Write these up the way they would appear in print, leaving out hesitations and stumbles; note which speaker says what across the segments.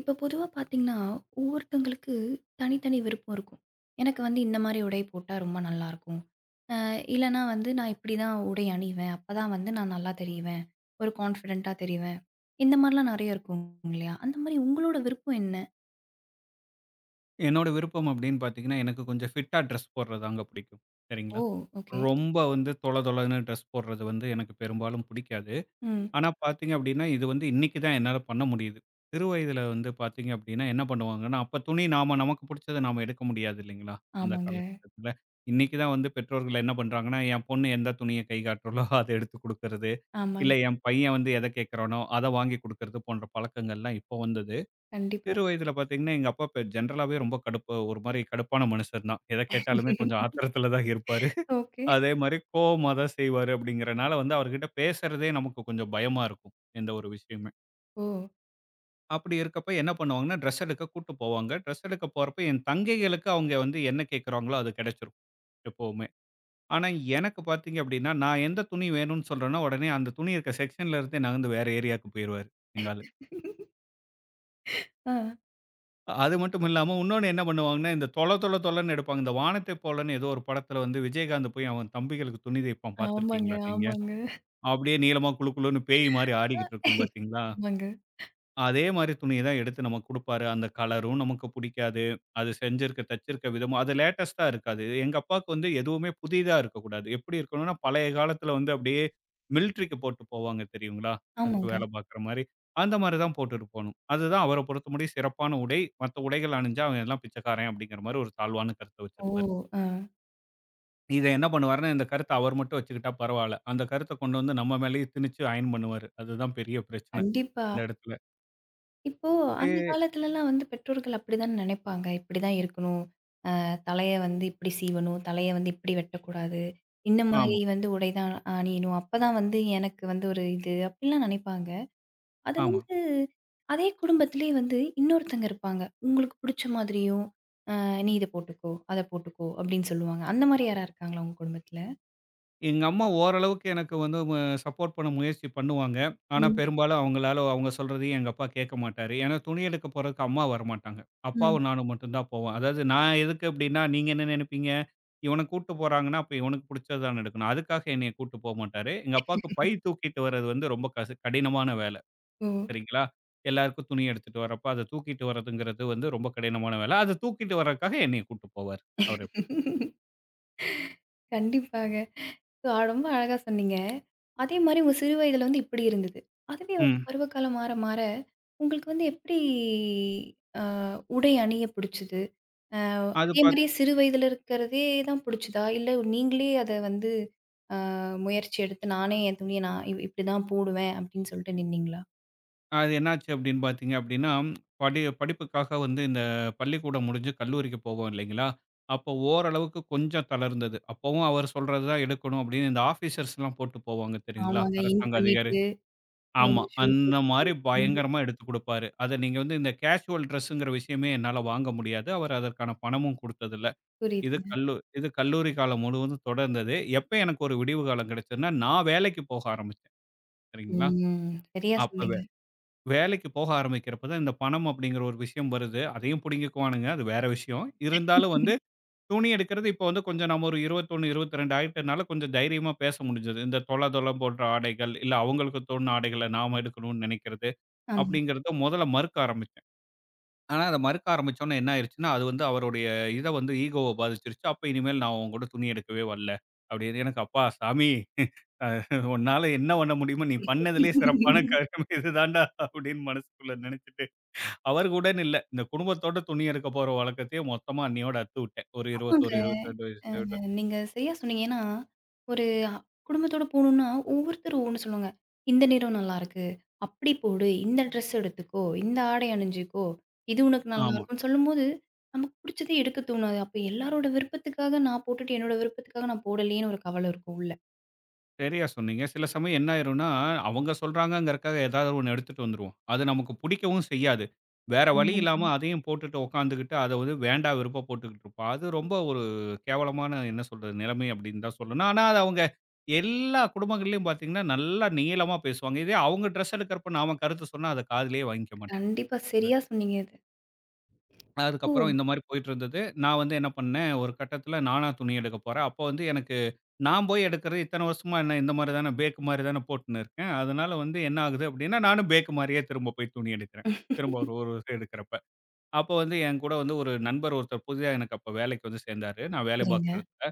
Speaker 1: இப்ப பொதுவா பார்த்தீங்கன்னா, ஒவ்வொருத்தங்களுக்கு தனித்தனி விருப்பம் இருக்கும். எனக்கு வந்து இந்த மாரி உடை போட்டா ரொம்ப நல்லாயிருக்கும். அ இல்லன்னா வந்து நான் இப்படிதான் உடை அணிவேன். அப்பதான் வந்து நான் நல்லா தெரிவேன். ஒரு கான்ஃபிடென்ட்டா தெரிவேன். இந்த மாரிலாம் நெறைய இருக்கும் இல்லையா? அந்த மாரி உங்களோட விருப்பம் என்ன?
Speaker 2: என்னோட விருப்பம் அப்படின்னு பார்த்தீங்கன்னா, எனக்கு கொஞ்சம் ஃபிட்டா ட்ரெஸ் போடுறது தாங்க பிடிக்கும். சரிங்களா?
Speaker 1: ஓ! ஓகே.
Speaker 2: ரொம்ப வந்து தொல தொலன்னு ட்ரெஸ் போடுறது வந்து எனக்கு பெரும்பாலும் பிடிக்காது.
Speaker 1: ம்.
Speaker 2: ஆனா பார்த்தீங்க அப்படின்னா, இது வந்து இன்னைக்கு தான் என்னால பண்ண முடியுது. சிறுவயதில வந்து பார்த்தீங்க அப்படின்னா, என்ன பண்ணுவாங்கன்னா, அப்ப துணி நாம நமக்கு பிடிச்சத நாம எடுக்க முடியாது இல்லைங்களா? அந்த
Speaker 1: ஆமாங்க,
Speaker 2: காலகட்டத்தில. இன்னைக்கு தான் வந்து பெற்றோர்கள் என்ன பண்றாங்கன்னா, என் பொண்ணு எந்த துணிய கை காட்டுறாளோ அத எடுத்து குடுக்கறது. இல்ல
Speaker 1: ஆமாங்க.
Speaker 2: என் பையன் வந்து எத கேட்கிறானோ, அத வாங்கி குடுக்கறது போன்ற பழக்கங்கள்லாம் இப்போ வந்தது.
Speaker 1: கண்டிப்பா.
Speaker 2: சிறு வயதில பார்த்தீங்கன்னா, எங்க அப்பா ஜெனரலாவே ரொம்ப கடுப்பு ஒரு மாரி கடுப்பான மனுஷர் தான். எத கேட்டாலுமே கொஞ்சம் ஆத்திரத்தில தான் இருப்பாரு.
Speaker 1: ஓகே.
Speaker 2: அதே மாரி கோவமா தான் செய்வாரு அப்படிங்கிறனால வந்து அவர்கிட்ட பேசுறதே நமக்கு கொஞ்சம் பயமா இருக்கும். எந்த ஒரு விஷயமே.
Speaker 1: ஓ!
Speaker 2: அப்படி இருக்கப்ப என்ன பண்ணுவாங்கன்னா, ட்ரெஸ் எடுக்க கூட்டு போவாங்க. ட்ரெஸ் எடுக்க போறப்ப என் தங்கைகளுக்கு அவங்க வந்து என்ன கேட்கறாங்களோ அது கிடைச்சிரும் எப்பவுமே. ஆனா எனக்கு பார்த்தீங்க அப்படின்னா, நான் எந்த துணி வேணும்னு சொல்றேனோ, உடனே அந்த துணி இருக்க செக்ஷன்ல இருந்தே நகர்ந்து வேற ஏரியாவுக்கு போயிருவாரு எங்க
Speaker 1: ஆ.
Speaker 2: அது மட்டும் இல்லாம, உன்னொன்னு என்ன பண்ணுவாங்கன்னா, இந்த தொல தொல தொலன்னு எடுப்பாங்க. இந்த வானத்தை போலன்னு ஏதோ ஒரு படத்துல வந்து விஜயகாந்த் போய் அவன் தம்பிகளுக்கு துணி தைப்பான்
Speaker 1: ஆமாங்க,
Speaker 2: பார்த்திருக்கீங்களா நீங்க?
Speaker 1: ஆமாங்க,
Speaker 2: அப்படியே நீளமா குளு குளுன்னு பேய் மாரி ஆடிக்கிட்டு இருக்கும் பார்த்தீங்களா?
Speaker 1: ஆமாங்க.
Speaker 2: அதே மாரி துணிய தான் எடுத்து நமக்கு குடுப்பாரு. அந்த கலரும் நமக்கு புடிக்காது. அது செஞ்சிருக்க, தச்சிருக்க விதமும் அது லேட்டஸ்ட்டா இருக்காது. எங்க அப்பாவுக்கு வந்து எதுவுமே புதிதா இருக்கக்கூடாது. எப்படி இருக்கணும்னா, பழைய காலத்துல வந்து அப்படியே மிலிட்டரிக்கு போட்டு போவாங்க தெரியுங்களா? அதுக்கு
Speaker 1: ஆமாங்க.
Speaker 2: வேல பாக்குற மாரி. அந்த மாரி தான் போட்டுட்டு போணும். அதுதான் அவர பொறுத்தமுடியும் சிறப்பான உடை. மத்த உடைகள் அணிஞ்சா அவன் எல்லாம் பிச்சைக்காரன் அப்படிங்கிற மாரி ஒரு தாழ்வான கருத்த
Speaker 1: ஓ!
Speaker 2: வச்சிருப்பாரு.
Speaker 1: ஆ.
Speaker 2: இத என்ன பண்ணுவாருன்னா, இந்த கருத்த அவர் மட்டும் வச்சுக்கிட்டா பரவால்ல. அந்த கருத்த கொண்டு வந்து நம்ம மேலயே திணிச்சு அயர்ன் பண்ணுவாரு. அதுதான் பெரிய பிரச்சனை
Speaker 1: கண்டிப்பா.
Speaker 2: இந்த இடத்துல.
Speaker 1: இப்போ அந்த
Speaker 2: ம்.
Speaker 1: காலத்துலலாம் வந்து பெற்றோர்கள் அப்படிதான் நினைப்பாங்க. இப்படிதான் இருக்கணும். தலைய வந்து இப்படி சீவணும். தலைய வந்து இப்படி வெட்டக்கூடாது. இந்த மாரி
Speaker 2: ஆமா,
Speaker 1: வந்து உடை தான் அணியணும். அப்பதான் வந்து எனக்கு வந்து ஒரு இது அப்படிலாம் நினைப்பாங்க. அது
Speaker 2: ஆமா.
Speaker 1: வந்து அதே குடும்பத்திலேயே வந்து இன்னொருத்தங்க இருப்பாங்க. உங்களுக்கு புடிச்ச மாதிரியும் நீ இத போட்டுக்கோ, அத போட்டுக்கோ அப்படின்னு சொல்லுவாங்க. அந்த மாரி யாரா இருக்காங்களா உங்க குடும்பத்துல?
Speaker 2: எங்க அம்மா ஓரளவுக்கு எனக்கு வந்து சப்போர்ட் பண்ண முயற்சி பண்ணுவாங்க. ஆனா ம்.
Speaker 1: ம்.
Speaker 2: பெரும்பாலும் அவங்களால அவங்க சொல்றதையும் எங்க அப்பா கேட்க மாட்டாரு. ஏன்னா துணி எடுக்க போறதுக்கு அம்மா வரமாட்டாங்க.
Speaker 1: ம்.
Speaker 2: அப்பாவும் நானும் மட்டும் தான் போவோம். அதாவது நான் எதுக்கு அப்டின்னா, நீங்க என்ன நெனைப்பீங்க? இவன கூட்டு போறாங்கன்னா, அப்ப இவனுக்கு புடிச்சது தான எடுக்கணும். அதுக்காக என்னைய கூட்டு போமாட்டாரு. எங்க அப்பாவுக்கு பை தூக்கிட்டு வர்றது வந்து ரொம்ப கடினமான வேலை. சரிங்களா? எல்லாருக்கும் துணி எடுத்துட்டு வரப்ப, அத தூக்கிட்டு வரதுங்கிறது வந்து ரொம்ப கடினமான வேலை. அத தூக்கிட்டு வர்றதுக்காக என்னைய கூட்டு போவாரு
Speaker 1: ஓ!
Speaker 2: அவரு.
Speaker 1: கண்டிப்பாங்க. ஸோ ரொம்ப அழகா சொன்னீங்க. அதே மாரி உங்க சிறு வயதில வந்து இப்படி இருந்தது. அதுவே வந்து
Speaker 2: ம்.
Speaker 1: பருவகாலம் மாற மாற, உங்களுக்கு வந்து எப்படி அ உடை அணிய பிடிச்சது? அ
Speaker 2: அது
Speaker 1: அதே
Speaker 2: பாத்
Speaker 1: மாரி சிறு வயதில இருக்கிறதே தான் பிடிச்சதா? இல்ல நீங்களே அத வந்து முயற்சி எடுத்து, நானே என் துணிய நான் இப்படிதான் போடுவேன் அப்படின்னு சொல்லிட்டு நின்னீங்களா?
Speaker 2: அது என்னாச்சு அப்படின்னு பார்த்தீங்க அப்படின்னா, படிப்புக்காக வந்து இந்த பள்ளிக்கூடம் முடிஞ்சு கல்லூரிக்கு போவோம் இல்லைங்களா? அப்போ ஓரளவுக்கு கொஞ்சம் தளர்ந்தது. அப்பவும் அவர் சொல்றது தான் எடுக்கணும் அப்படின்னு இந்த ஆஃபீசர்ஸ்லாம் போட்டு போவாங்க தெரியுங்களா?
Speaker 1: ஆமாங்க. இன்
Speaker 2: அரசாங்க அதிகாரி.
Speaker 1: பண்ணிட்டு, அ
Speaker 2: ஆமா.
Speaker 1: ஷூ
Speaker 2: அந்த
Speaker 1: போட்டுட்டு.
Speaker 2: மாரி
Speaker 1: ம்.
Speaker 2: பயங்கரமா எடுத்துக் குடுப்பாரு. அத நீங்க வந்து இந்த கேஷுவல் ட்ரெஸ்ஸுங்கிற விஷயமே என்னால வாங்க முடியாது. அவர் அதற்கான பணமும் குடுத்ததில்ல.
Speaker 1: புரியுதுங்க.
Speaker 2: இது கல்லூரி காலம் முழுவதும் தொடர்ந்தது. எப்ப எனக்கு ஒரு விடிவு காலம் கிடைச்சதுன்னா, நான் வேலைக்கு போக ஆரம்பிச்சேன். சரிங்களா?
Speaker 1: ம். சரியா
Speaker 2: அப்ப
Speaker 1: சொன்னீங்க.
Speaker 2: வேலைக்கு போக ஆரம்பிக்கிறப்ப தான் இந்த பணம் அப்படிங்கிற ஒரு விஷயம் வருது. அதையும் புடுங்கிக்குவானுங்க. அது வேற விஷயம். இருந்தாலும் வந்து துணி எடுக்கிறது இப்போ வந்து கொஞ்சம் நம்ம ஒரு 21, 22 ஆயிட்டனால கொஞ்சம் தைரியமா பேச முடிஞ்சது. இந்த தொல தொல போன்ற ஆடைகள், இல்ல அவங்களுக்கு தோணுன ஆடைகள நாம எடுக்கணும்னு நெனைக்கிறது,
Speaker 1: ஆமா.
Speaker 2: அப்படிங்கிறத முதல்ல மறுக்க ஆரம்பிச்சோம். ஆனா, அத மறுக்க ஆரம்பிச்சோனே என்ன ஆயிருச்சுன்னா, அது வந்து அவருடைய இத வந்து ஈகோவ பாதிச்சுருச்சு. அப்ப இனிமேல் நான் உன் கூட துணி எடுக்கவே வரல. அப்படின்னு எனக்கு அப்பா சாமி அ உன்னால என்ன பண்ண முடியுமோ நீ பண்ணதுலயே சிறப்பான காரியம் இதுதான்டா அப்படின்னு மனசுக்குள்ள நினைச்சுட்டு, அவர் கூடன்னு இல்ல. இந்த குடும்பத்தோட துணி எடுக்க போற வழக்கத்தையே மொத்தமா அன்னையோட அத்துவிட்டேன். ஒரு
Speaker 1: ஆமாங்க.
Speaker 2: 21, 22
Speaker 1: அ
Speaker 2: வயசு.
Speaker 1: நீங்க சரியா சொன்னீங்க. ஏன்னா, ஒரு குடும்பத்தோட போணும்னா, ஒவ்வொருத்தர் ஒவ்வொன்னு சொல்லுவாங்க. "இந்த நிறம் நல்லாருக்கு. அப்படி போடு. இந்த ட்ரெஸ் எடுத்துக்கோ. இந்த ஆடை அணிஞ்சுக்கோ. இது உனக்கு
Speaker 2: ஆமா.
Speaker 1: நல்லாருக்கும்ன்னு" சொல்லும்போது, நமக்கு புடிச்சதே எடுக்க தோணாது. அப்ப எல்லாரோட விருப்பத்துக்காக நான் போட்டுட்டு, என்னோட விருப்பத்துக்காக நான் போடலையேன்னு ஒரு கவல இருக்கும் உள்ள.
Speaker 2: சரியா சொன்னீங்க. சில சமயம் என்ன ஆயிரும்னா, அவங்க சொல்றாங்கங்கறக்காக ஏதாவது ஒண்ணு எடுத்துட்டு வந்துருவோம். அது நமக்கு புடிக்கவும் செய்யாது. வேற வழி
Speaker 1: உண்ம
Speaker 2: இல்லாம
Speaker 1: தானே.
Speaker 2: அதையும் போட்டுட்டு உட்காந்துகிட்டு, அத வந்து வேண்டா வெறுப்பா போட்டுக்கிட்டு இருப்போம். அது ரொம்ப ஒரு கேவலமான என்ன சொல்றது? நிலைமை அப்படின்னு தான் சொல்லணும். ஆனா, அது அவங்க எல்லா குடும்பங்கள்லயும் பாத்தீங்கன்னா, நல்லா நீளமா பேசுவாங்க. இதே அவங்க ட்ரெஸ் எடுக்கிறப்ப நாம கருத்து சொன்னா, அத காதுலயே வாங்கிக்க மாட்டாங்க.
Speaker 1: கண்டிப்பா. சரியா சொன்னீங்க இது.
Speaker 2: அதுக்கப்புறம்
Speaker 1: ஓ!
Speaker 2: இந்த மாரி போயிட்டுருந்தது. நான் வந்து என்ன பண்ணேன், ஒரு கட்டத்தில நானா துணி எடுக்க போறேன். அப்போ வந்து எனக்கு நான் போய் எடுக்கிறது இத்தன வருஷமா என்ன இந்த மாரி தானே பேக் மாரி தானே போட்டுன்னு இருக்கேன். அதனால வந்து என்ன ஆகுது அப்டின்னா, நானும் பேக் மாரியே திரும்ப போய் துணி எடுக்கிறேன்.
Speaker 1: ம்,
Speaker 2: திரும்ப ஒரு ஒரு வருஷம் எடுக்கிறப்ப. அப்போ வந்து என் கூட வந்து ஒரு நண்பர் ஒருத்தர் புதிதா எனக்கு அப்ப வேலைக்கு வந்து சேர்ந்தாரு. நான் வேலை பார்க்குற
Speaker 1: சரிங்க.
Speaker 2: இடத்துல.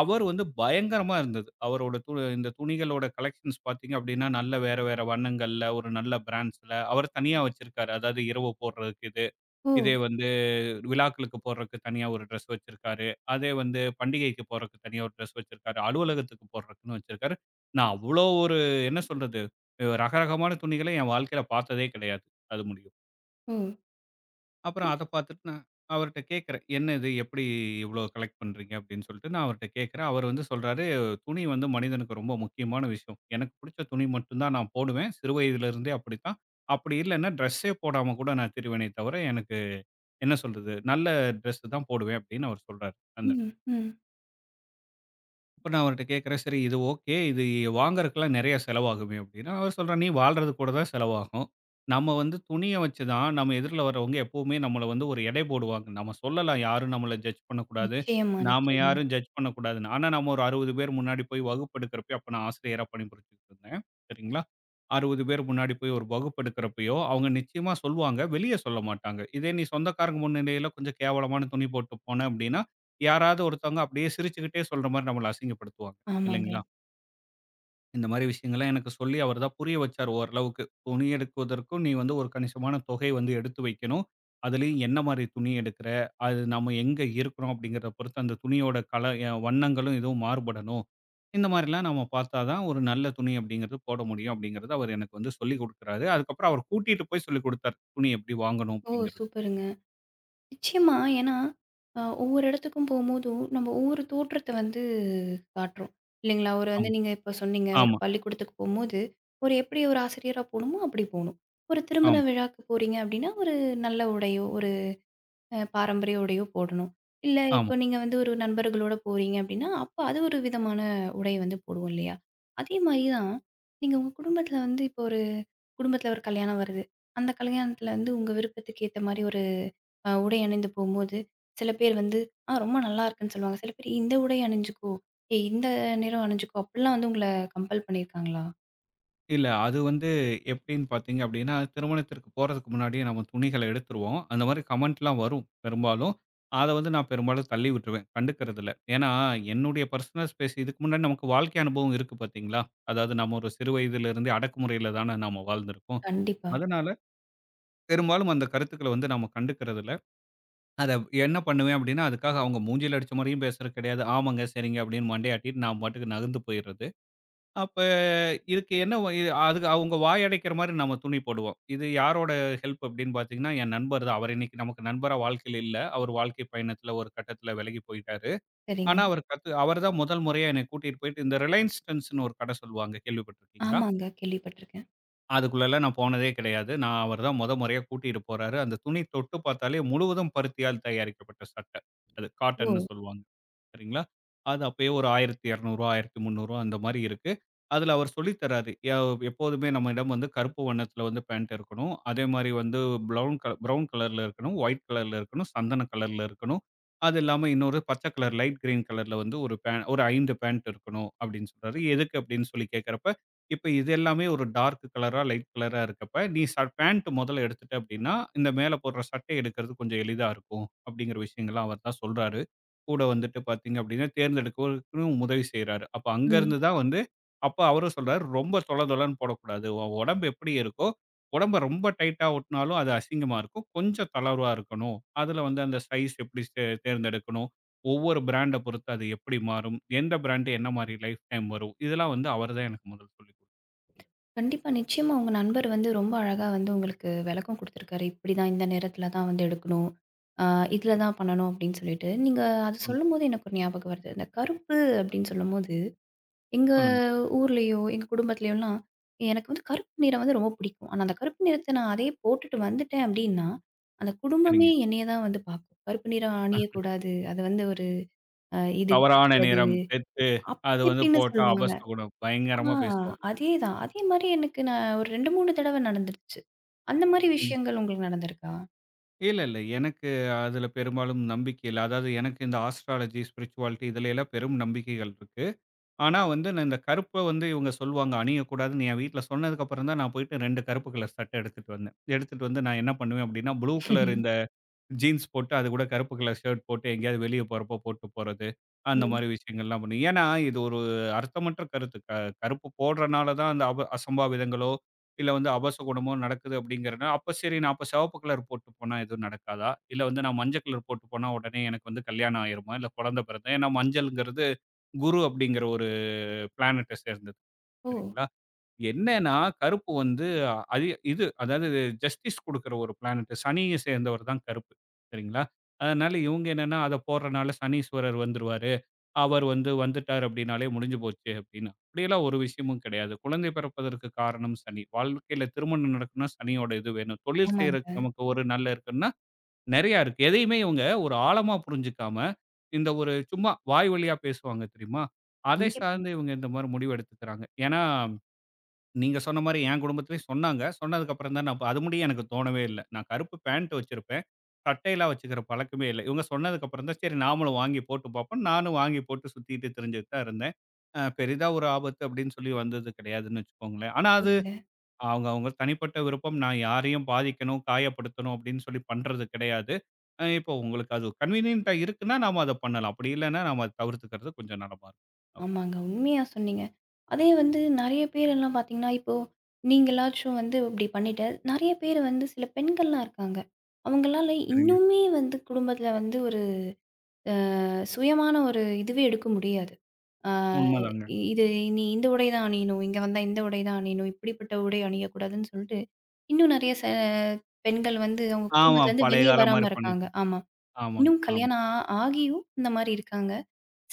Speaker 2: அவர் வந்து பயங்கரமா இருந்தது. அவரோட து இந்த துணிகளோட கலெக்ஷன்ஸ் பார்த்தீங்க அப்டின்னா, நல்ல வேற வேற வண்ணங்கள்ல, ஒரு நல்ல பிராண்ட்ஸ்ல அவர் தனியா வச்சிருக்காரு. அதாவது இரவு போடுறதுக்கு இது.
Speaker 1: ஓ!
Speaker 2: இதே வந்து விழாக்களுக்கு போடுறக்கு தனியா ஒரு ட்ரெஸ் வச்சிருக்காரு. அதே வந்து பண்டிகைக்கு போடுறக்கு தனியா ஒரு ட்ரெஸ் வச்சிருக்காரு. அலுவலகத்துக்கு போடுறக்குன்னு வச்சிருக்காரு. நான் அவ்வளோ ஒரு என்ன சொல்றது? ரகரகமான துணிகள என் வாழ்க்கையில பார்த்ததே கிடையாது. அது முடியும்.
Speaker 1: ஓ!
Speaker 2: அப்புறம்
Speaker 1: இப்
Speaker 2: அத பார்த்துட்டு நான் அவர்ட்ட கேட்கிறேன். "என்ன இது? எப்படி இவ்வளோ கலெக்ட் பண்றீங்க?" அப்படின்னு சொல்லிட்டு நான் அவர்ட்ட கேட்கிறேன். அவர் வந்து சொல்றாரு, "துணி வந்து மனிதனுக்கு ரொம்ப முக்கியமான விஷயம். எனக்கு பிடிச்ச துணி மட்டும் தான் நான் போடுவேன். சிறு வயதிலிருந்தே அப்படித்தான். அப்படி இல்லன்னா ட்ரெஸ்ஸே போடாம கூட நான் திரிவேனே தவிர, எனக்கு என்ன சொல்றது? நல்ல ட்ரெஸ் தான் போடுவேன் அப்படின்னு அவர் சொல்றாரு. அந்த
Speaker 1: ம், ம்.
Speaker 2: இப்ப நான் அவர்ட்ட கேட்கிறேன், "சரி இது ஓகே. இது வாங்குறதுக்கெல்லாம் நெறைய செலவாகுமே" அப்டின்னா, அவர் சொல்றார், "நீ வாழ்றது கூட தான் செலவாகும். நம்ம வந்து துணிய வச்சு தான் நம்ம எதிர்ல வரவங்க எப்பவுமே நம்மள வந்து ஒரு எடை போடுவாங்க. நம்ம சொல்லலாம் யாரும் நம்மள ஜட்ஜ் பண்ணக்கூடாது.
Speaker 1: நிச்சயமா,
Speaker 2: நாம
Speaker 1: நிச்சயமா.
Speaker 2: யாரும் ஜட்ஜ் பண்ணக்கூடாதுன்னு." ஆனா நம்ம ஒரு 60 பேர் முன்னாடி போய் வகுப்பெடுக்கிறப்பயோ அப்ப நான் ஆசிரியரா பணிபுரிஞ்சுகிட்டு இருந்தேன். சரிங்களா? 60 பேர் முன்னாடி போய் ஒரு வகுப்பெடுக்கிறப்பயோ, அவங்க நிச்சயமா சொல்வாங்க. வெளிய சொல்ல மாட்டாங்க. இதே நீ சொந்தக்காரங்க முன்னிலையில கொஞ்சம் கேவலமான துணி போட்டு போன அப்டின்னா, யாராவது ஒருத்தவங்க அப்படியே சிரிச்சுக்கிட்டே சொல்ற மாரி நம்மள அசிங்கப்படுத்துவாங்க.
Speaker 1: ஆமாங்க.
Speaker 2: இல்லைங்களா? இந்த மாரி விஷயங்கள்லாம் எனக்கு சொல்லி அவர் தான் புரிய வச்சாரு ஓரளவுக்கு. துணி எடுக்குவதற்கும் நீ வந்து ஒரு கணிசமான தொகை வந்து எடுத்து வைக்கணும். அதுலயும் என்ன மாரி துணி எடுக்கிற? அது நம்ம எங்க இருக்கிறோம் அப்படிங்கிறத பொறுத்து அந்த துணியோட கலர் வண்ணங்களும் இதுவும் மாறுபடணும். இந்த மாரிலாம் நம்ம பார்த்தா தான் ஒரு நல்ல துணி அப்படிங்கிறது போட முடியும் அப்படிங்கிறத அவர் எனக்கு வந்து சொல்லிக் குடுக்குறாரு. அதுக்கப்புறம் அவர் கூட்டிட்டு போய் சொல்லிக் குடுத்தார். துணி எப்படி வாங்கணும்
Speaker 1: ஓ!
Speaker 2: அப்படிங்கிறது.
Speaker 1: சூப்பருங்க. நிச்சயமா. ஏன்னா, ஒவ்வொரு இடத்துக்கும் போம்போதும், நம்ம ஒவ்வொரு தோற்றத்த வந்து காட்டுறோம். இல்லைங்களா? ஒரு வந்து
Speaker 2: ஆமா,
Speaker 1: நீங்க இப்ப சொன்னீங்க, ஒரு
Speaker 2: ஆமா,
Speaker 1: பள்ளிக்கூடத்துக்கு போம்போது, ஒரு எப்படி ஒரு ஆசிரியரா போணுமோ, அப்படி போணும். ஒரு திருமண
Speaker 2: ஆமா,
Speaker 1: விழாக்கு போறீங்க அப்படின்னா, ஒரு நல்ல உடையோ, ஒரு பாரம்பரிய உடையோ போடணும். இல்ல
Speaker 2: ஆமா.
Speaker 1: இப்போ நீங்க வந்து ஒரு நண்பர்களோட போறீங்க அப்படின்னா, அப்ப அது ஒரு விதமான உடை வந்து போடுவோம் இல்லையா? அதே மாரி தான், நீங்க உங்க குடும்பத்தில வந்து இப்போ ஒரு குடும்பத்தில ஒரு கல்யாணம் வருது. அந்த கல்யாணத்தில வந்து உங்க விருப்பத்துக்கு ஏத்த மாரி ஒரு உடை அணிந்து போம்போது, சில பேர் வந்து, "ஆ ரொம்ப நல்லா இருக்குன்னு" சொல்லுவாங்க. சில பேர் "இந்த உடை அணிஞ்சுக்கோ, ஏய் இந்த நிறம் அணிஞ்சுக்கோ" அப்படிலாம் வந்து உங்கள கம்பல் பண்ணியிருக்காங்களா?
Speaker 2: இல்ல. அது வந்து எப்படின்னு பார்த்தீங்க அப்படின்னா, திருமணத்திற்கு போறதுக்கு முன்னாடியே நம்ம துணிகள எடுத்துருவோம். அந்த மாரி கமெண்ட்லாம் வரும் பெரும்பாலும். அத வந்து நான் பெரும்பாலும் தள்ளி விட்டுருவேன். கண்டுக்கிறது இல்ல. ஏன்னா, என்னுடைய பர்சனல் ஸ்பேஸ் இதுக்கு முன்னாடி நமக்கு வாழ்க்கை அனுபவம் இருக்கு பார்த்தீங்களா? அதாவது நம்ம ஒரு சிறு வயதிலிருந்தே அடக்குமுறையில தான நாம வாழ்ந்திருக்கோம்.
Speaker 1: கண்டிப்பா.
Speaker 2: அதனால பெரும்பாலும் அந்த கருத்துக்கள வந்து நம்ம கண்டுக்கிறது இல்ல. அத என்ன பண்ணுவேன் அப்படின்னா, அதுக்காக அவங்க மூஞ்சில அடிச்ச மாரியும் பேசுறது கிடையாது. ஆமாங்க, சரிங்க அப்படின்னு மண்டைய ஆட்டிட்டு நான் பாட்டுக்கு நகர்ந்து போயிறது. அப்ப இதுக்கு என்ன இது அதுக்கு அவங்க வாய் அடைக்கிற மாரி நம்ம துணி போடுவோம். இது யாரோட ஹெல்ப் அப்படின்னு பார்த்தீங்கன்னா, என் நண்பர் தான். அவர் இன்னைக்கு நமக்கு நண்பரா வாழ்க்கையில இல்ல. அவர் வாழ்க்கை பயணத்துல ஒரு கட்டத்துல விலகி போயிட்டாரு.
Speaker 1: சரிங்க.
Speaker 2: ஆனா, அவர் கத்து அவர் தான் முதல் முறையா என்னை கூட்டிட்டு போயிட்டு இந்த ரிலையன்ஸ் ட்ரெண்ட்ஸ்ன்னு ஒரு கடை சொல்லுவாங்க. கேள்விப்பட்டிருக்கீங்களா?
Speaker 1: ஆமாங்க. கேள்விப்பட்டுருக்கேன்.
Speaker 2: அதுக்குள்ளலாம் நான் போனதே கிடையாது. நான் அவர் தான் மொத முறையா கூட்டிட்டு போறாரு. அந்த துணி தொட்டு பார்த்தாலே முழுவதும் பருத்தியால் தயாரிக்கப்பட்ட சட்டை. அது
Speaker 1: ஓ!
Speaker 2: காட்டன்னு சொல்லுவாங்க. சரிங்களா? அது அப்பயே ஒரு ரூ. 1200 ரூ. 1300 அந்த மாரி இருக்கு. அதுல அவர் சொல்லி தராரு. எப்போதுமே நம்மிடம் வந்து கருப்பு வண்ணத்துல வந்து பேண்ட் இருக்கணும். அதே மாரி வந்து ப்ரவுன் கலர்ல இருக்கணும். ஒயிட் கலர்ல இருக்கணும். சந்தன கலர்ல இருக்கணும். அது இல்லாம இன்னொரு பச்சை கலர் லைட் கிரீன் கலர்ல வந்து ஒரு 5 பேண்ட் இருக்கணும் அப்படின்னு சொல்றாரு. எதுக்கு அப்படின்னு சொல்லி கேட்கிறப்ப இப்ப இது எல்லாமே ஒரு டார்க் கலரா, லைட் கலரா இருக்கப்ப, நீ பேண்ட் முதல்ல எடுத்துட்ட அப்படின்னா, இந்த மேல போடுற சட்டை எடுக்கிறது கொஞ்சம் எளிதா இருக்கும். அப்படிங்கிற விஷயங்கள்லாம் அவர் தான் சொல்றாரு. கூட வந்துட்டு பார்த்தீங்க அப்படின்னா, தேர்ந்தெடுக்கிறதுக்கும் உதவி செய்றாரு. அப்ப
Speaker 1: ம்.
Speaker 2: அங்கருந்து தான் வந்து அப்ப அவரும் சொல்றாரு, "ரொம்ப தொல தொலன்னு போடக்கூடாது. உன் உடம்பு எப்படி இருக்கோ, உடம்ப ரொம்ப டைட்டா ஒட்டுனாலும் அது அசிங்கமா இருக்கும். கொஞ்சம் தளர்வா இருக்கணும். அதுல வந்து அந்த சைஸ் எப்படி தேர்ந்தெடுக்கணும், ஒவ்வொரு பிராண்ட பொறுத்து அது எப்படி மாறும், எந்த பிராண்ட் என்ன மாரி லைஃப் டைம் வரும்." இதெல்லாம் வந்து அவர் தான் எனக்கு முதல்ல சொல்லிக் குடுத்தாரு.
Speaker 1: கண்டிப்பா. நிச்சயமா உங்க நண்பர் வந்து ரொம்ப அழகா வந்து உங்களுக்கு விளக்கம் குடுத்துருக்காரு. இப்படிதான் இந்த நேரத்தில தான் வந்து எடுக்கணும். ஆ இதில தான் பண்ணணும் அப்படின்னு சொல்லிட்டு. நீங்க அது
Speaker 2: ம்.
Speaker 1: சொல்லும்போது எனக்கு ஒரு ஞாபகம் வருது. இந்த கருப்பு அப்படின்னு சொல்லும்போது எங்க
Speaker 2: சொல்லுங்க.
Speaker 1: ஊர்லயோ, எங்க குடும்பத்திலயோலாம், எனக்கு வந்து கருப்பு நிறம் வந்து ரொம்ப பிடிக்கும். ஆனா, அந்த கருப்பு நிறத்த நான் அதையே போட்டுட்டு வந்துட்டேன் அப்டின்னா, அந்த குடும்பமே
Speaker 2: சரிங்க.
Speaker 1: என்னைய தான் வந்து பார்க்கும். கருப்பு நிறம் அணியக்கூடாது. அது வந்து ஒரு இது
Speaker 2: தவறான
Speaker 1: கெட்டது.
Speaker 2: நேரம், டெத்து
Speaker 1: அப்டி
Speaker 2: அது வந்து
Speaker 1: இப்டின்னு
Speaker 2: போட்டா
Speaker 1: சொல்லுவாங்க.
Speaker 2: அபசகுனம்.
Speaker 1: ஆ
Speaker 2: பயங்கரமா பேசுவாங்க.
Speaker 1: அதேதான். அதே மாரி எனக்கு நான் ஒரு 2, 3 தடவ நடந்துருச்சு. அந்த மாரி
Speaker 2: ம்.
Speaker 1: விஷயங்கள் உங்களுக்கு நடந்திருக்கா?
Speaker 2: இல்ல, இல்ல. எனக்கு அதுல பெரும்பாலும் நம்பிக்கை இல்ல. அதாவது எனக்கு இந்த ஆஸ்ட்ராலஜி, ஸ்பிரிச்சுவாலிட்டி இதுல எல்லாம் பெரும் நம்பிக்கைகள் இருக்கு. ஆனா வந்து நான் இந்த கருப்ப வந்து இவங்க சொல்லுவாங்க அணியக்கூடாதுன்னு என் வீட்ல சொன்னதுக்கு அப்புறம் தான் நான் போயிட்டு 2 கருப்பு கலர் சட்டை எடுத்துட்டு வந்தேன். எடுத்துட்டு வந்து நான் என்ன பண்ணுவேன் அப்டின்னா, ப்ளூ கலர் இந்த ஜீன்ஸ் போட்டு அதுக்கூட கருப்பு கலர் ஷர்ட் போட்டு எங்கேயாவது வெளிய போறப்போ போட்டு போறது. அந்த
Speaker 1: ம்.
Speaker 2: மாரி விஷயங்கள்லாம் பண்ணுவேன். ஏன்னா, இது ஒரு அர்த்தமற்ற கருத்து. கருப்பு போடுறனால தான் அந்த அசம்பாவிதங்களோ, இல்ல வந்து அபசகுனமோ நடக்குது அப்படிங்கிறனா, அப்ப சரி நான் அப்ப சிவப்பு கலர் போட்டு போனா எதுவும் நடக்காதா? இல்ல வந்து நான் மஞ்சள் கலர் போட்டு போனா உடனே எனக்கு வந்து கல்யாணம் ஆயிருமா? இல்ல குழந்தை பிறந்தா? ஏன்னா மஞ்சள்ங்கிறது குரு அப்படிங்கிற ஒரு பிளானட்ட சேர்ந்தது.
Speaker 1: ஓ!
Speaker 2: சரிங்களா? என்னன்னா, கருப்பு வந்து அது இது அதாவது ஜஸ்டிஸ் குடுக்குற ஒரு பிளானெட். சனிய சேர்ந்தவர் தான் கருப்பு. சரிங்களா? அதனால இவங்க என்னன்னா, அத போடுறனால சனீஸ்வரர் வந்துருவாரு. அவர் வந்து வந்துட்டார் அப்படின்னாலே முடிஞ்சு போச்சு அப்படின்னு. அப்படியெல்லாம் ஒரு விஷயமும் கிடையாது. குழந்தை பிறப்பதற்கு காரணம் சனி. வாழ்க்கையில திருமணம் நடக்கணும்னா சனியோட இது வேணும். தொழில் செய்றதுக்கு
Speaker 1: ஆமாங்க.
Speaker 2: நமக்கு ஒரு நல்ல இருக்குன்னா நெறையா இருக்கு. எதையுமே இவங்க ஒரு ஆழமா புரிஞ்சுக்காம, இந்த ஒரு சும்மா வாய் வழியா பேசுவாங்க தெரியுமா? அதை
Speaker 1: கண்டிப்பா.
Speaker 2: சார்ந்து இவங்க இந்த மாரி முடிவு எடுத்துக்கிறாங்க. ஏன்னா நீங்க சொன்ன மாரி என் குடும்பத்திலயும் சொன்னாங்க. சொன்னதுக்கப்புறம் தான் நான் அது முடிய எனக்கு தோணவே இல்ல. நான் கருப்பு பேண்ட் வச்சிருப்பேன். சட்டையெல்லாம் வச்சுக்கிற பழக்கமே இல்ல. இவங்க சொன்னதுக்கப்புறம் தான் சரி நாமளும் வாங்கி போட்டு பார்ப்போம். நானும் வாங்கி போட்டு சுத்திட்டு திரிஞ்சுட்டு தான் இருந்தேன். பெரிதா ஒரு ஆபத்து அப்படின்னு சொல்லி வந்தது கிடையாதுன்னு வச்சுக்கோங்களேன். ஆனா அது
Speaker 1: சரிங்க.
Speaker 2: அவங்க அவங்க தனிப்பட்ட விருப்பம். நான் யாரையும் பாதிக்கணும், காயப்படுத்தணும் அப்படின்னு சொல்லி பண்றது கிடையாது. இப்போ உங்களுக்கு அது கன்வீனியன்ட்டா இருக்குன்னா நாம அத பண்ணலாம். அப்படி இல்லன்னா நாம அத தவிர்த்துக்கிறது கொஞ்சம் நலமா இருக்கும். அ
Speaker 1: ஆமாங்க. உண்மையா சொன்னீங்க. அதே வந்து நெறைய பேர் எல்லாம் பார்த்தீங்கன்னா, இப்போ நீங்களாச்சும் வந்து இப்டி பண்ணிட்ட. நெறைய பேர் வந்து சில பெண்கள்லாம் இருக்காங்க. அவங்களால
Speaker 2: சரிங்க.
Speaker 1: இன்னுமே வந்து குடும்பத்தில வந்து ஒரு சுயமான ஒரு இதுவே எடுக்க முடியாது. ஆ
Speaker 2: உண்மதாங்க.
Speaker 1: இது நீ இந்த உடை தான் அணியணும். இங்க வந்தா இந்த உடை தான் அணியணும். இப்படிப்பட்ட உடை அணியக்கூடாதுன்னு சொல்லிட்டு, இன்னும் நெறைய பெண்கள் வந்து அவங்க
Speaker 2: ஆமா
Speaker 1: குடும்பத்துலருந்து
Speaker 2: பழைய
Speaker 1: வெளிய
Speaker 2: காலம் மாரி
Speaker 1: வராம
Speaker 2: பண்ணி
Speaker 1: இருக்காங்க. ஆமா.
Speaker 2: ஆமாங்க.
Speaker 1: இன்னும்
Speaker 2: ஆமா.
Speaker 1: கல்யாணம் ஆகியும் இந்த மாரி இருக்காங்க.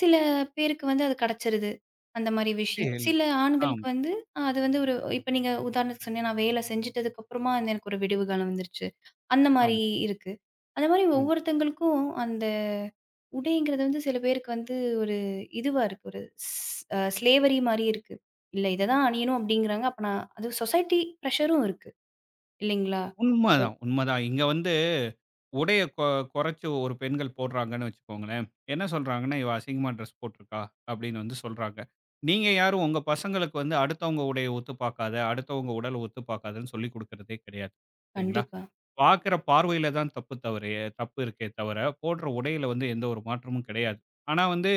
Speaker 1: சில பேருக்கு வந்து அது கிடைச்சிருது. அந்த மாரி விஷயம்.
Speaker 2: ஏய், இல்ல.
Speaker 1: சில ஆண்களுக்கு
Speaker 2: ஆமா,
Speaker 1: வந்து அது வந்து ஒரு இப்ப நீங்க உதாரணத்துக்கு சொன்னீங்க, நான் வேலை செஞ்சுட்டதுக்கு அப்புறமா வந்து எனக்கு ஒரு விடிவு காலம் வந்துருச்சு. அந்த மாரி
Speaker 2: ஆமா,
Speaker 1: இருக்கு. அந்த மாரி
Speaker 2: ஆமா.
Speaker 1: ஒவ்வொருத்தங்களுக்கும் அந்த உடைங்கிறது வந்து சில பேருக்கு வந்து ஒரு இதுவா இருக்கு. ஒரு ஸ் அ ஸ்லேவரி மாரி இருக்கு. இல்ல இத தான் அணியணும் அப்படிங்கிறாங்க. அப்ப நான் அது சொசைட்டி பிரஷரும் இருக்கு. இல்லைங்களா?
Speaker 2: உண்மதான், உண்மதான். இங்க வந்து உடைய கொறைச்சு ஒரு பெண்கள் போடுறாங்கன்னு வச்சுக்கோங்களேன். என்ன சொல்றாங்கன்னா, "இவ அசிங்கமா ட்ரெஸ் போட்டுருக்கா" அப்படின்னு வந்து சொல்றாங்க. நீங்க யாரும் உங்க பசங்களுக்கு வந்து அடுத்தவங்க உடைய ஒத்து பார்க்காத, அடுத்தவங்க உடல ஒத்து பார்க்காதன்னு சொல்லிக் குடுக்கிறதே கிடையாது. சரிங்களா?
Speaker 1: கண்டிப்பா.
Speaker 2: பார்க்குற பார்வையில தான் தப்பு தவறே தப்பு இருக்கே தவிர, போடுற உடையில வந்து எந்த ஒரு மாற்றமும் கிடையாது. ஆனா வந்து,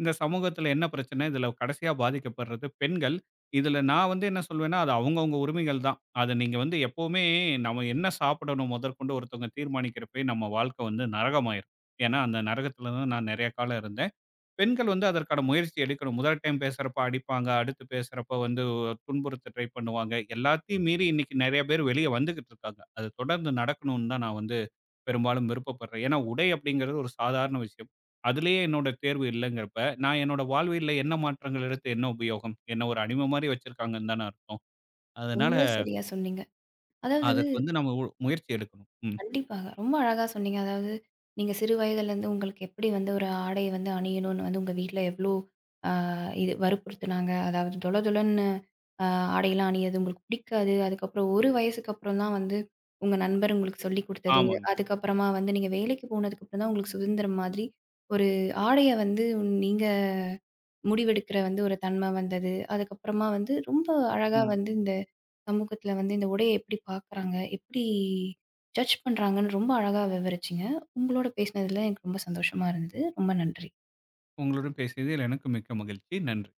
Speaker 2: இந்த சமூகத்தில என்ன பிரச்சனை, இதில கடைசியா பாதிக்கப்படுறது பெண்கள். இதில நான் வந்து என்ன சொல்வேன்னா, அது அவங்கவங்க உரிமைகள் தான். அத நீங்க வந்து எப்பவுமே நம்ம என்ன சாப்பிடணும் முதற்கொண்டு ஒருத்தவங்க தீர்மானிக்கிறப்பயே நம்ம வாழ்க்கை வந்து நரகமாயிரும். ஏன்னா, அந்த நரகத்தில தான் நான் நெறைய காலம் இருந்தேன். பெண்கள் வந்து அதற்கான முயற்சி எடுக்கணும். முதல் டைம் பேசுறப்ப அடிப்பாங்க. அடுத்து பேசுறப்ப வந்து துன்புறுத்த ட்ரை பண்ணுவாங்க. எல்லாத்தையும் மீறி இன்னைக்கு நெறைய பேர் வெளிய வந்துகிட்டு இருக்காங்க. அது தொடர்ந்து நடக்கணும்னு தான் நான் வந்து பெரும்பாலும் விருப்பப்படுறேன். ஏன்னா, உடை அப்படிங்கிறது ஒரு சாதாரண விஷயம். அதிலேயே என்னோட தேர்வு இல்லங்கிறப்ப, நான் என்னோட வாழ்வியல்ல என்ன மாற்றங்கள் எடுத்து என்ன உபயோகம்? என்ன ஒரு அடிமை மாரி வச்சிருக்காங்கன்னு தானே அர்த்தம். அதனால
Speaker 1: ரொம்ப சரியா சொன்னீங்க. அதாவது
Speaker 2: அதற்கு வந்து நம்ம முயற்சி எடுக்கணும். ம்.
Speaker 1: கண்டிப்பாக. ரொம்ப அழகா சொன்னீங்க. அதாவது, நீங்க சிறு வயதிலேருந்து உங்களுக்கு எப்படி வந்து ஒரு ஆடைய வந்து அணியணும்னு வந்து உங்க வீட்ல எவ்ளோ அ இது வற்புறுத்துனாங்க. அதாவது தொல தொலன்னு அ ஆடையெல்லாம் அணியிறது உங்களுக்கு பிடிக்காது. அதுக்கப்புறம் ஒரு வயசுக்கு அப்புறம் தான் வந்து உங்க நண்பர் உங்களுக்கு சொல்லிக் குடுத்தது.
Speaker 2: ஆமாங்க.
Speaker 1: அதுக்கப்புறமா வந்து நீங்க வேலைக்கு போனதுக்கு அப்புறம் தான் உங்களுக்கு சுதந்திரம் மாதிரி ஒரு ஆடைய வந்து நீங்க முடிவெடுக்கிற வந்து ஒரு தன்மை வந்தது. அதுக்கப்புறமா வந்து ரொம்ப அழகா
Speaker 2: ம்.
Speaker 1: வந்து இந்த சமூகத்தில வந்து இந்த உடைய எப்படி பார்க்குறாங்க, எப்படி ஜட்ஜ் பண்றாங்கன்னு ரொம்ப அழகா விவரிச்சீங்க. உங்களோட பேசினதில எனக்கு ரொம்ப சந்தோஷமா இருந்தது. ரொம்ப நன்றி.
Speaker 2: உங்களுடன் பேசியதில் எனக்கு மிக்க மகிழ்ச்சி. நன்றி.